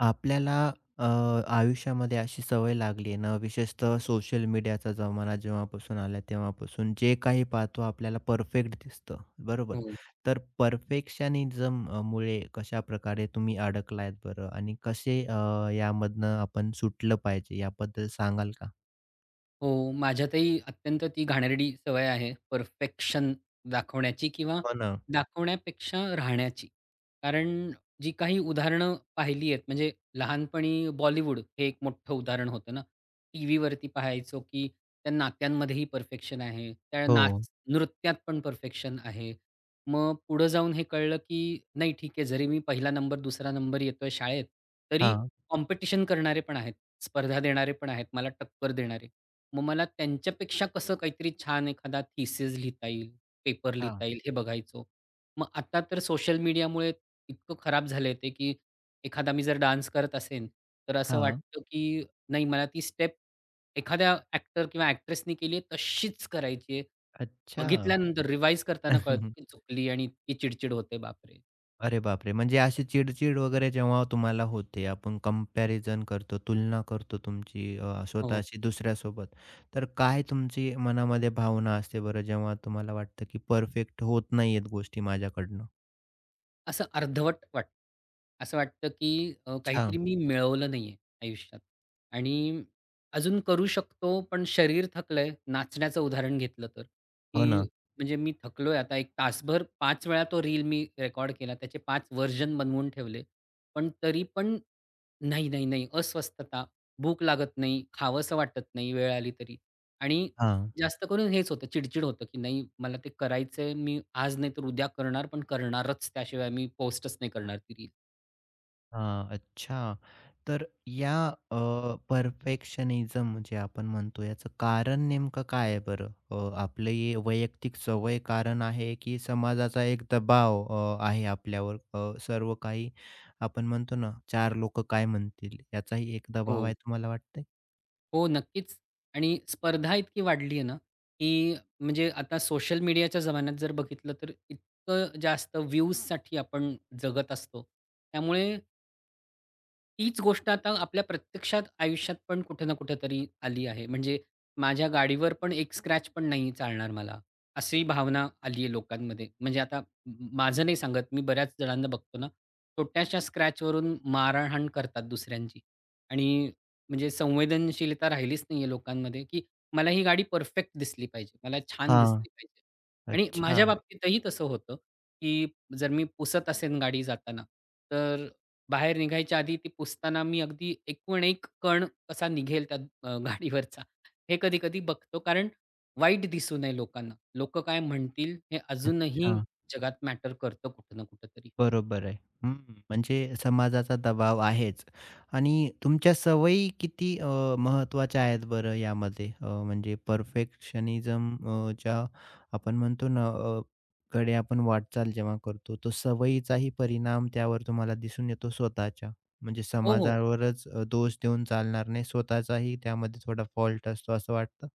आपल्याला अ, आयुष्यामध्ये अशी सवय लागली आहे ना, विशेषतः सोशल मीडियाचा जमाना जेव्हापासून आला तेव्हापासून जे काही पाहतो आपल्याला परफेक्ट दिसतं, बरोबर? हो. तर परफेक्शनिझम मुळे कशाप्रकारे तुम्ही अडकलायत बरं? आणि कसे यामधनं आपण सुटलं पाहिजे याबद्दल सांगाल का? हो, माझ्यातही अत्यंत ती घाणेरडी सवय आहे परफेक्शन दाखवण्याची किंवा हो ना. दाखवण्यापेक्षा राहण्याची. कारण जी काही उदाहरणं पाहिली आहेत म्हणजे लहानपणी बॉलिवूड हे एक मोठं उदाहरण होतं ना. टीव्हीवरती पाहायचो, की त्या नात्यांमध्येही परफेक्शन आहे. त्या हो. नाच नृत्यात पण परफेक्शन आहे. मग पुढं जाऊन हे कळलं, की नाही ठीक आहे जरी मी पहिला नंबर, दुसरा नंबर येतोय शाळेत, तरी हां. कॉम्पिटिशन करणारे पण आहेत, स्पर्धा देणारे पण आहेत, मला टक्कर देणारे. मग मला त्यांच्यापेक्षा कसं काहीतरी छान एखादा थीसिस लिहिता येईल, पेपर हां. लिहिता येईल हे बघायचो. मग आता तर सोशल मीडियामुळे इतकं खराब झालंय ते, की एखादा मी जर डान्स करत असेन, तर असं हां. वाटतं की नाही मला ती स्टेप एखाद्या ॲक्टर किंवा ॲक्ट्रेसनी केली आहे तशीच करायची आहे. अच्छा. बघितल्यानंतर रिवाईज करताना कळतं की चुकली आणि इतकी चिड होते बापरे! अरे बापरे! म्हणजे अशी चिड-चिड वगैरे जेव्हा तुम्हाला होते, आपण कंपॅरिझन करतो, तुलना करतो तुमची हो. स्वतःशी दुसऱ्यासोबत. तर काय तुमची मनामध्ये भावना असते बरं, जेव्हा तुम्हाला वाटतं की परफेक्ट होत नाहीयेत गोष्टी माझ्याकडनं? असं अर्धवट वाटतं. असं वाटतं, की अच्छा. काहीतरी मी मिळवलं नाहीये आयुष्यात आणि अजून करू शकतो, पण शरीर थकलंय. नाचण्याचं उदाहरण घेतलं तर, हो की ना. म्हणजे मी थकलोय आता एक तासभर 5 वेळा तो रील मी रेकॉर्ड केला. त्याचे 5 व्हर्जन बनवून ठेवले. पण तरी पण नाही, नाही, नाही. अस्वस्थता, भूक लागत नाही, खावंसं वाटत नाही वेळ आली तरी आणि हां. जास्त करून हेच होतं, चिडचिड होतं, की नाही मला ते करायचंय. मी आज नाही तर उद्या करणार, पण करणारच. त्याशिवाय मी पोस्टच नाही करणार ती रील. हां, अच्छा. तर या परफेक्शनिझम जे आपण म्हणतो याचं कारण नेमकं काय आहे बरं? आपली ही वैयक्तिक सवय कारण आहे, की समाजाचा एक दबाव आहे आपल्यावर? सर्व काही आपण म्हणतो ना, 4 लोकं काय म्हणतील? याचाही एक दबाव हो. आहे तुम्हाला वाटतंय? हो, नक्कीच. आणि स्पर्धा इतकी वाढली आहे ना, की म्हणजे आता सोशल मीडियाच्या जमान्यात जर बघितलं, तर इतकं जास्त व्ह्यूजसाठी आपण जगत असतो. त्यामुळे तीच गोष्ट आता आपल्या प्रत्यक्षात आयुष्यात पण कुठे ना कुठेतरी आली आहे. म्हणजे माझ्या गाडीवर पण एक स्क्रॅच पण नाही चालणार मला, अशी भावना आली आहे लोकांमध्ये. म्हणजे आता माझं नाही सांगत, मी बऱ्याच जणांना बघतो ना, छोट्याशा स्क्रॅचवरून मारहाण करतात दुसऱ्यांची. आणि म्हणजे संवेदनशीलता राहिलीच नाही आहे लोकांमध्ये, की मला ही गाडी परफेक्ट दिसली पाहिजे, मला छान हां. दिसली पाहिजे. आणि अच्छा, माझ्या बाबतीतही तसं होतं, की जर मी पुसत असेन गाडी जाताना, तर बाहेर निघायच्या आधी ती पुसताना मी अगदी एकूण एक कण कसा निघेल त्या गाडीवरचा हे कधी-कधी बघतो. कारण वाईट दिसू नये लोकांना. लोकं काय म्हणतील हे अजूनही अच्छा. जगात मॅटर करतं कुठं ना कुठेतरी. बरोबर आहे. हं, म्हणजे समाजाचा दबाव आहेच आणि तुमच्या सवयी किती महत्त्वाच्या आहेत बरं यामध्ये? म्हणजे परफेक्शनिझम ज्या आपण म्हणतो ना कडे आपण वाटचाल जेव्हा करतो, तो सवयीचाही परिणाम त्यावर तुम्हाला दिसून येतो स्वतःच्या. म्हणजे हो, हो. समाजावरच दोष देऊन चालणार नाही, स्वतःचाही त्यामध्ये थोडा फॉल्ट असतो असं वाटतं?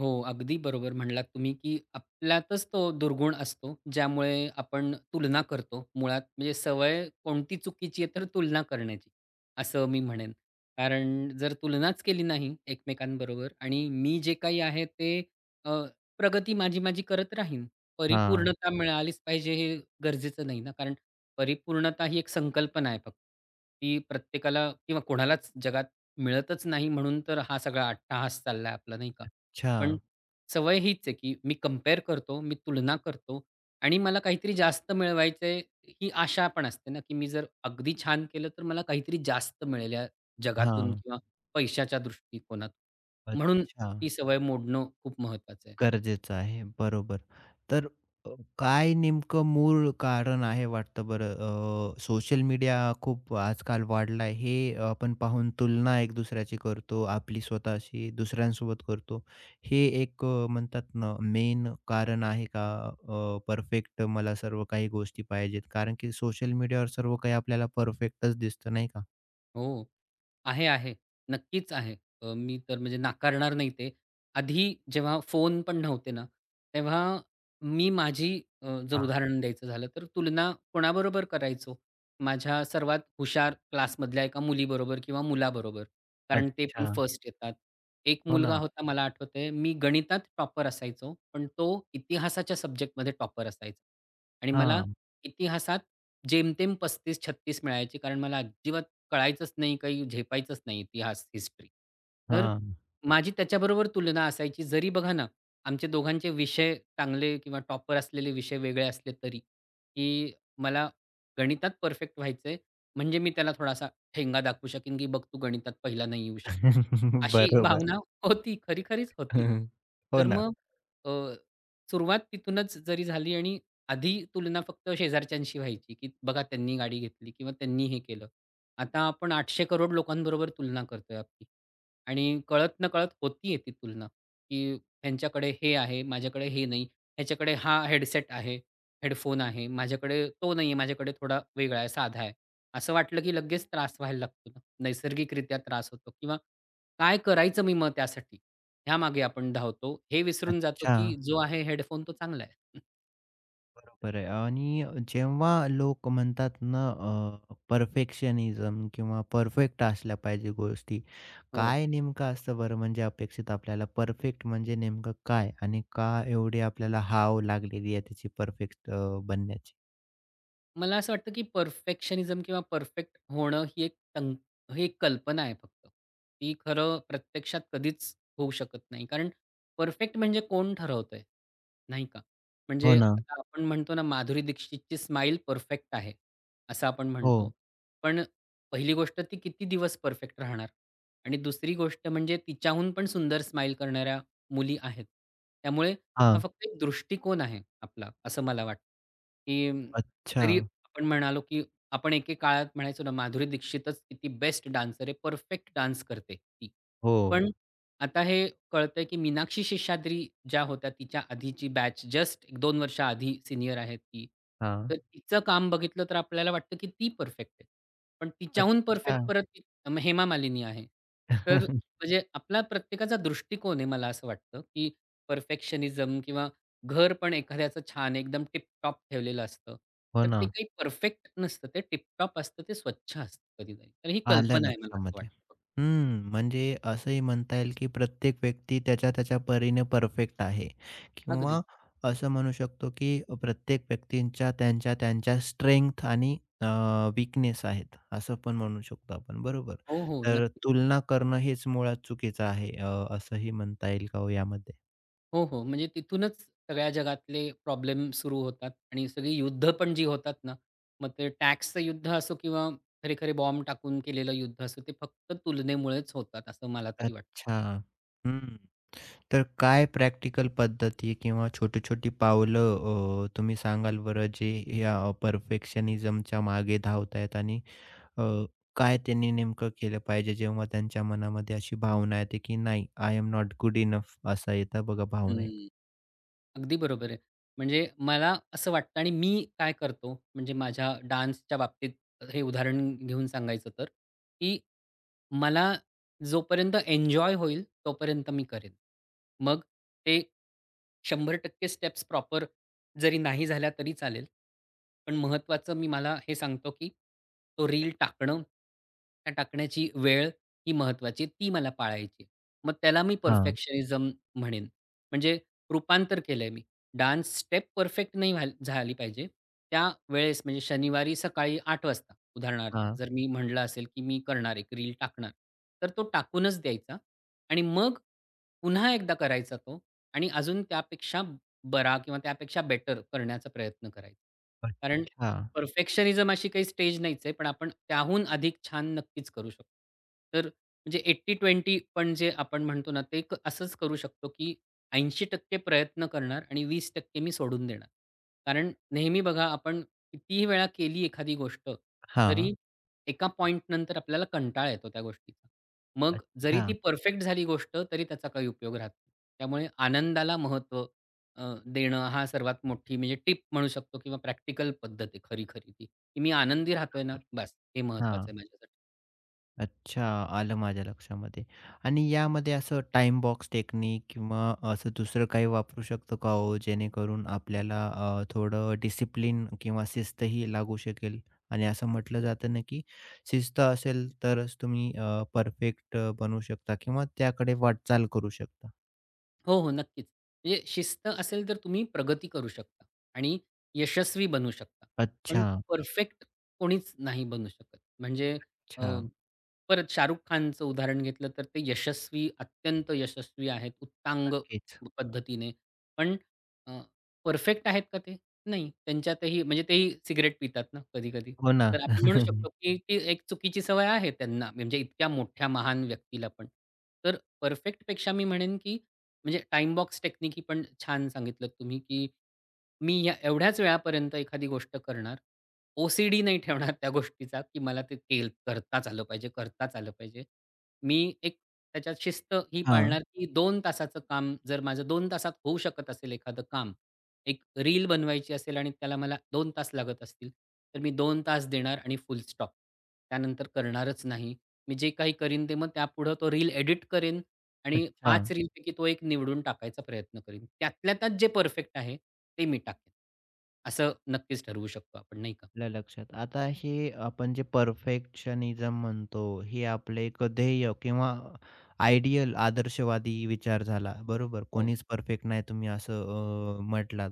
हो, अगदी बरोबर म्हणलात तुम्ही, की आपल्यातच तो दुर्गुण असतो, ज्यामुळे आपण तुलना करतो मुळात. म्हणजे सवय कोणती चुकीची आहे, तर तुलना करण्याची, असं मी म्हणेन. कारण जर तुलनाच केली नाही एकमेकांबरोबर आणि मी जे काही आहे ते अ, प्रगती माझी करत राहीन. हां. परिपूर्णता मिळालीच पाहिजे हे गरजेचं नाही ना, कारण परिपूर्णता ही एक संकल्पना आहे फक्त. ती प्रत्येकाला किंवा कोणालाच जगात मिळतच नाही म्हणून तर हा सगळा अट्टाहास चाललाय आपला, नाही का? अच्छा. पण सवय हीच आहे, की मी कंपेअर करतो, मी तुलना करतो आणि मला काहीतरी जास्त मिळवायचंय ही आशा पण असते ना, की मी जर अगदी छान केलं, तर मला काहीतरी जास्त मिळेल या जगातून हां. किंवा पैशाच्या दृष्टिकोनातून. म्हणून अच्छा. ती सवय मोडणं खूप महत्वाचं आहे. गरजेचं आहे. बरोबर. तर अ, काय नेमकं मूळ कारण आहे वाटतं बरं? सोशल मीडिया खूप आजकाल वाढला आहे, हे आपण पाहून तुलना एक दुसऱ्याची करतो, आपली स्वतःशी दुसऱ्यांसोबत करतो. हे एक म्हणतात ना मेन कारण आहे का? परफेक्ट मला सर्व काही गोष्टी पाहिजेत. कारण की सोशल मीडियावर सर्व काही आपल्याला परफेक्टच दिसतं, नाही का? हो. आहे, आहे. नक्कीच आहे. मी तर म्हणजे नाकारणार नाही ते. आधी जेव्हा फोन पण नव्हते ना, तेव्हा मी माझी जर हां. उदाहरण द्यायचं झालं तर तुलना कोणाबरोबर करायचो? माझ्या सर्वात हुशार क्लासमधल्या एका मुलीबरोबर किंवा मुलाबरोबर. कारण ते पण अच्छा. फर्स्ट येतात. एक हो मुलगा ना. होता मला आठवतंय, मी गणितात टॉपर असायचो, पण तो इतिहासाच्या सब्जेक्टमध्ये टॉपर असायचा आणि मला हां, इतिहासात जेमतेम 35-36 मिळायचे कारण मला अजिबात कळायचंच नाही, काही झेपायचंच नाही ती हिस्ट्री. तर हां. माझी त्याच्याबरोबर तुलना असायची जरी बघा ना, आमचे दोघांचे विषय चांगले किंवा टॉपर असलेले विषय वेगळे असले तरी, की मला गणितात परफेक्ट व्हायचंय म्हणजे मी त्याला थोडासा ठेंगा दाखवू शकेन, की "बघ तू गणितात पहिला नाही येऊ शकत." अशी बरोबर. भावना होती. खरी-खरीच होती. हो तर ना. मग अ, सुरुवात तिथूनच जरी झाली आणि आधी तुलना फक्त शेजारच्यांशी व्हायची, की बघा त्यांनी गाडी घेतली किंवा त्यांनी हे केलं. आता आपण 800 करोड लोकांबरोबर तुलना करतोय आपली आणि कळत-नकळत होतीये ती तुलना, की ह्यांच्याकडे हे आहे, माझ्याकडे हे नाही. ह्याच्याकडे हा हेडसेट आहे, हेडफोन आहे. माझ्याकडे तो नाहीये, माझ्याकडे थोडा वेगळा आहे, साधा आहे. असं वाटलं की लगेच त्रास व्हायला लागतो ना, नैसर्गिकरित्या त्रास होतो किंवा काय करायचं मी मग त्यासाठी? ह्यामागे आपण धावतो. हे विसरून जातो अच्छा, की जो आहे हेडफोन तो चांगला आहे. बरोबर आहे. आणि जेव्हा लोक म्हणतात ना, परफेक्शनिझम किंवा परफेक्ट असल्या पाहिजे गोष्टी. हो काय नेमकं असतं बरं म्हणजे अपेक्षित आपल्याला? परफेक्ट म्हणजे नेमकं काय? आणि का एवढी आपल्याला हाव लागलेली आहे त्याची परफेक्ट बनण्याची? मला असं वाटतं, की परफेक्शनिझम किंवा परफेक्ट होणं ही एक ही एक कल्पना आहे फक्त. ती खरं प्रत्यक्षात कधीच होऊ शकत नाही. कारण परफेक्ट म्हणजे कोण ठरवतंय? नाही का? हो म्हणजे ना. आता आपण म्हणतो ना, माधुरी दीक्षितची स्माईल परफेक्ट आहे, असं आपण हो. म्हणतो. पण पहिली गोष्ट ती किती दिवस परफेक्ट राहणार? आणि दुसरी गोष्ट म्हणजे तिच्याहून पण सुंदर स्माईल करणाऱ्या मुली आहेत. त्यामुळे हा हां. फक्त एक दृष्टिकोन आहे आपला, असं मला वाटतं, की अच्छा. जरी आपण म्हणालो, की आपण एके काळात म्हणायचो ना, माधुरी दीक्षितच किती बेस्ट डान्सर आहे. परफेक्ट डान्स करते ती. हो. पण आता हे कळतंय, की मीनाक्षी शेषाद्री ज्या होत्या तिच्या आधीची बॅच जस्ट एक दोन वर्ष आधी सिनियर आहे ती. हां. तर तिचं काम बघितलं तर आपल्याला वाटतं, की ती परफेक्ट आहे. पण तिच्याहून अच्छा. परफेक्ट परत ती हेमा मालिनी आहे. तर म्हणजे आपला प्रत्येकाचा दृष्टिकोन आहे मला असं वाटतं, की परफेक्शनिझम किंवा घर पण एखाद्याचं छान एकदम टिपटॉप ठेवलेलं असतं. हो तर ना. ते काही परफेक्ट नसतं. ते टिपटॉप असतं. ते स्वच्छ असतं कधीतरी. तर ही आलं कल्पना आहे मला असं लक्षामध्ये. वाटतं. हं, म्हणजे असंही म्हणता येईल, की प्रत्येक व्यक्ती त्याच्या-त्याच्या परीने परफेक्ट आहे अगदी. किंवा असं म्हणू शकतो, की प्रत्येक व्यक्तींच्या त्यांच्या-त्यांच्या स्ट्रेंथ आणि वीकनेस आहेत, असं पण म्हणू शकतो आपण, बरोबर? हो, हो. तर नक्कीच. तुलना करणं हेच मुळात चुकीचं आहे, असंही म्हणता येईल का हो यामध्ये? हो, हो. म्हणजे तिथूनच सगळ्या जगातले प्रॉब्लेम सुरू होतात आणि सगळी युद्ध पण जी होतात ना, मग ते टॅक्सचं युद्ध असो किंवा खरे-खरे बॉम्ब टाकून केलेलं युद्ध असो, ते फक्त तुलनेमुळेच होतात असं मला तरी वाटतं. अच्छा. हं. तर काय प्रॅक्टिकल पद्धती किंवा छोटी-छोटी पावलं तुम्ही सांगाल बरं जे या परफेक्शनिझमच्या मागे धावतायत आणि अ, काय त्यांनी नेमकं केलं पाहिजे जेव्हा त्यांच्या मनामध्ये अशी भावना येते की नाही I am not good enough असा येतं बघा हं. भावना एक. अगदी बरोबर आहे. म्हणजे मला असं वाटतं आणि मी काय करतो, म्हणजे माझ्या डान्सच्या बाबतीत हे उदाहरण घेऊन सांगायचं तर, की मला जोपर्यंत एन्जॉय होईल, तोपर्यंत मी करेन. मग ते शंभर टक्के स्टेप्स प्रॉपर जरी नाही झाल्या तरी चालेल. पण महत्त्वाचं मी मला हे सांगतो, की तो रील टाकणं, त्या टाकण्याची वेळ ही महत्त्वाची ती मला पाळायची मग त्याला मी हां, परफेक्शनिझम म्हणेन. म्हणजे रूपांतर केलंय मी. डान्स स्टेप परफेक्ट नाही व्हाय झाली पाहिजे. त्यावेळेस म्हणजे शनिवारी सकाळी 8:00 वाजता उदाहरणार्थ हां. जर मी म्हटलं असेल, की मी करणार एक रील टाकणार, तर तो टाकूनच द्यायचा आणि मग पुन्हा एकदा करायचा तो आणि अजून त्यापेक्षा बरा किंवा त्यापेक्षा बेटर करण्याचा प्रयत्न करायचा. कारण अच्छा. परफेक्शनिझम अशी काही स्टेज नाहीच आहे, पण आपण त्याहून अधिक छान नक्कीच करू शकतो. तर म्हणजे 80-20 पण जे आपण म्हणतो ना, ते असंच करू शकतो, की 80% प्रयत्न करणार आणि 20% मी सोडून देणार. कारण नेहमी बघा आपण कितीही वेळा केली एखादी गोष्ट, हां. तरी एका पॉइंटनंतर आपल्याला कंटाळा येतो त्या गोष्टीचा. मग जरी अच्छा. ती परफेक्ट झाली गोष्ट, तरी त्याचा काही उपयोग राहत नाही. त्यामुळे आनंदाला महत्त्व देणं हा सर्वात मोठी म्हणजे टिप म्हणू शकतो किंवा प्रॅक्टिकल पद्धत आहे खरी-खरी ती, की मी आनंदी राहतोय ना, बरं. बस हे महत्त्वाचं हां. आहे माझ्यासाठी. अच्छा, आलं माझ्या लक्षामध्ये. आणि यामध्ये असं टाइम बॉक्स टेक्निक किंवा असं दुसरं काही वापरू शकतो का हो, जेणेकरून आपल्याला थोडं डिसिप्लिन किंवा शिस्तही लागू शकेल? आणि असं म्हटलं जातं ना, की शिस्त असेल तरच तुम्ही परफेक्ट बनू शकता किंवा त्याकडे वाटचाल करू शकता. हो, हो. नक्कीच. म्हणजे शिस्त असेल तर तुम्ही प्रगती करू शकता आणि यशस्वी बनू शकता. पण अच्छा, परफेक्ट कोणीच नाही बनू शकत. म्हणजे अ, अच्छा. परत शाहरुख खानचं उदाहरण घेतलं तर ते यशस्वी, अत्यंत यशस्वी आहेत उत्तांग नक्कीच. पद्धतीने. पण अ, परफेक्ट आहेत का ते? नाही. त्यांच्यातही म्हणजे तेही सिगरेट पितात ना कधी-कधी. हो ना. तर आपण म्हणू शकतो, की ती एक चुकीची सवय आहे त्यांना म्हणजे इतक्या मोठ्या महान व्यक्तीला पण. तर परफेक्टपेक्षा मी म्हणेन, की म्हणजे टाइम बॉक्स टेक्निक ही पण छान सांगितलं तुम्ही, की मी या एवढ्याच वेळापर्यंत एखादी गोष्ट करणार. ओ-सी-डी नाही ठेवणार त्या गोष्टीचा, की मला ते करताच आलं पाहिजे, करताच आलं पाहिजे. मी एक त्याच्यात शिस्त ही हां. पाळणार, की दोन तासाचं काम जर माझं 2 तासात होऊ शकत असेल एखादं काम, एक रील बनवायची असेल आणि त्याला मला 2 तास लागत असतील, तर मी 2 तास देणार आणि फुल स्टॉप. त्यानंतर करणारच नाही. मी जे काही करीन ते मग त्यापुढं तो रील एडिट करेन आणि अच्छा. 5 रीलपैकी तो एक निवडून टाकायचा प्रयत्न करीन. त्यातल्या त्यात जे परफेक्ट आहे, ते मी टाकेन. असं नक्कीच ठरवू शकतो आपण, नाही का? आपल्या लक्षात. आता हे आपण जे परफेक्शनिझम म्हणतो, हे आपलं एक ध्येय किंवा आयडियल आदर्शवादी विचार झाला, बरोबर? हो. कोणीच परफेक्ट नाही तुम्ही असं म्हटलात.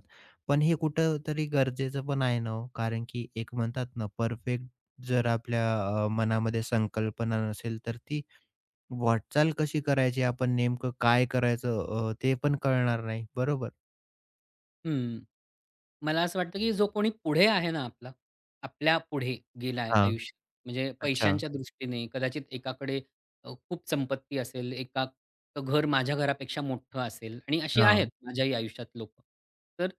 पण हे कुठं तरी गरजेचं पण आहे ना हो, कारण की एक म्हणतात ना, परफेक्ट जर आपल्या मनामध्ये संकल्पना नसेल, तर ती वाटचाल कशी करायची, आपण नेमकं काय करायचं ते पण कळणार नाही, बरोबर? हं. मला असं वाटतं, की जो कोणी पुढे आहे ना आपला, आपल्या पुढे गेलाय हां. आयुष्यात, म्हणजे अच्छा. पैशांच्या दृष्टीने कदाचित एकाकडे खूप संपत्ती असेल, एकाचं घर माझ्या घरापेक्षा मोठं असेल आणि अशी आहेत हां, माझ्याही आयुष्यात लोकं. तर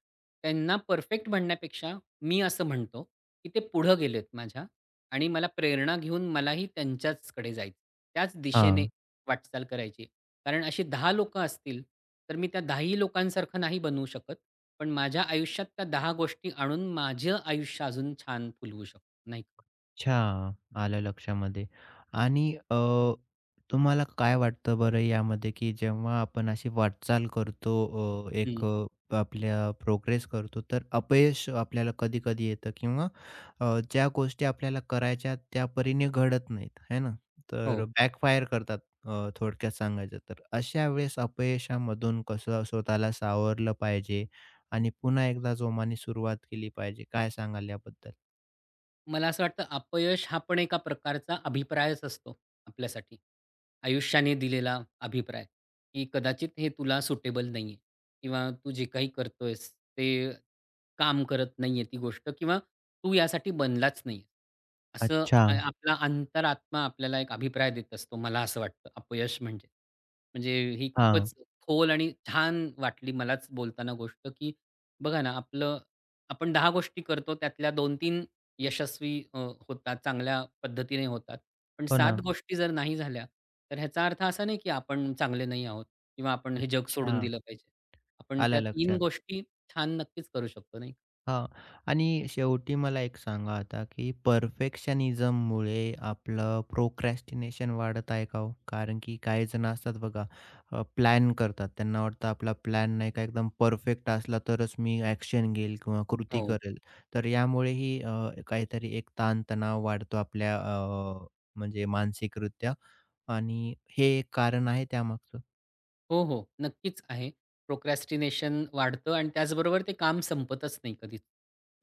त्यांना परफेक्ट म्हणण्यापेक्षा मी असं म्हणतो, की ते पुढं गेलेत माझ्या आणि मला प्रेरणा घेऊन मलाही त्यांच्याचकडे जायचं. त्याच दिशेने हां. वाटचाल करायची. कारण अशी 10 लोकं असतील, तर मी त्या 10ही लोकांसारखं नाही बनू शकत. पण माझ्या आयुष्यात त्या दहा गोष्टी आणून माझं आयुष्य अजून छान फुलवू शकतो, नाही का? अच्छा. आलं लक्षामध्ये आणि तुम्हाला काय वाटतं बरं यामध्ये, की जेव्हा आपण अशी वाटचाल करतो अ, एक हं. अ, आपल्या प्रोग्रेस करतो, तर अपयश आपल्याला कधी-कधी येतं किंवा ज्या गोष्टी आपल्याला करायच्या त्या परीने घडत नाहीत, है ना? तर हो. बॅकफायर करतात थोडक्यात सांगायचं तर. अशा वेळेस अपयशामधून कसं स्वतःला सावरलं पाहिजे आणि पुन्हा एकदा जोमाने सुरुवात केली पाहिजे? काय सांगाल याबद्दल? मला असं वाटतं अपयश हा पण एका प्रकारचा अभिप्रायच असतो आपल्यासाठी. आयुष्याने दिलेला अभिप्राय, की कदाचित हे तुला सुटेबल नाहीये किंवा तू जे काही करतोयस ते काम करत नाहीये ती गोष्ट किंवा तू यासाठी बनलाच नाहीये. असं अच्छा. आपला अंतरात्मा आपल्याला एक अभिप्राय देत असतो, मला असं वाटतं अपयश म्हणजे. म्हणजे ही हां. खूपच खोल आणि छान वाटली मलाच बोलताना गोष्ट, की बघा ना, आपलं आपण 10 गोष्टी करतो त्यातल्या 2-3 यशस्वी होतात, चांगल्या पद्धतीने होतात. पण हो 7 ना. गोष्टी जर नाही झाल्या, तर ह्याचा अर्थ असा नाही, की आपण चांगले नाही आहोत किंवा आपण हे जग अच्छा. सोडून दिलं पाहिजे. आपण आलं त्या तीन लक्षात. गोष्टी छान नक्कीच करू शकतो, नाही हां. आणि शेवटी मला एक सांगा आता, की परफेक्शनिझममुळे आपलं प्रोक्रॅस्टिनेशन वाढत आहे का हो? कारण की काही जण असतात बघा, प्लॅन करतात. त्यांना वाटतं आपला प्लॅन नाही का एकदम परफेक्ट असला तरच मी ॲक्शन घेईल किंवा का? कृती हो. करेल. तर यामुळेही काहीतरी एक ताणतणाव वाढतो आपल्या म्हणजे मानसिकरित्या आणि हे एक कारण आहे त्यामागचं? हो, हो. नक्कीच आहे. प्रोक्रॅस्टिनेशन वाढतं आणि त्याचबरोबर ते काम संपतच नाही कधीच.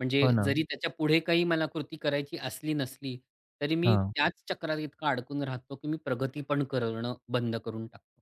म्हणजे हो ना. जरी पुढ़े काही मला कृती करायची असली नसली, तरी मी हां. त्याच चक्रात इतका अडकून राहतो, की मी प्रगती पण करणं बंद करून टाकतो.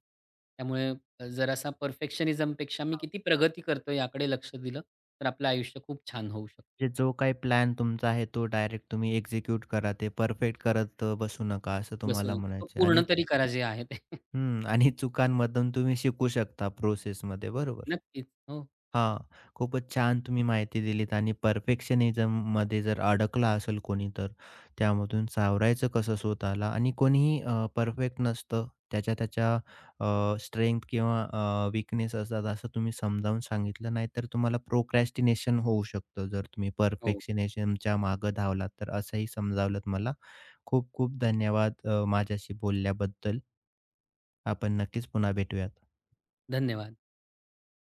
त्यामुळे जरासा परफेक्शनिझमपेक्षा मी किती प्रगती करतोय याकडे लक्ष दिलं, तर आपलं आयुष्य खूप छान होऊ शकतं. म्हणजे जो काही प्लॅन तुमचा आहे तो डायरेक्ट तुम्ही एक्झिक्यूट करा. ते परफेक्ट करत बसू नका असं बसू तुम्हाला नका. तो म्हणायचं आहे पूर्ण आणि तरी करा जे आहे ते. हं. आणि चुकांमधून तुम्ही शिकू शकता प्रोसेसमध्ये बरोबर. नक्कीच. हो, हां, खूपच छान तुम्ही माहिती दिलीत आणि परफेक्शनिझममध्ये जर अडकला असेल कोणी, तर त्यामधून सावरायचं कसं स्वतःला आणि कोणीही परफेक्ट नसतं. त्याच्या त्याच्या स्ट्रेंग्थ किंवा असतात असं तुम्ही समजावून सांगितलं. नाहीतर तुम्हाला प्रोक्रॅस्टिनेशन होऊ शकतं जर तुम्ही हो. परफेक्शनिझमच्या मागे धावलात तर, असंही समजावलंत मला. खूप खूप धन्यवाद माझ्याशी बोलल्याबद्दल. आपण नक्कीच पुन्हा भेटूयात. धन्यवाद.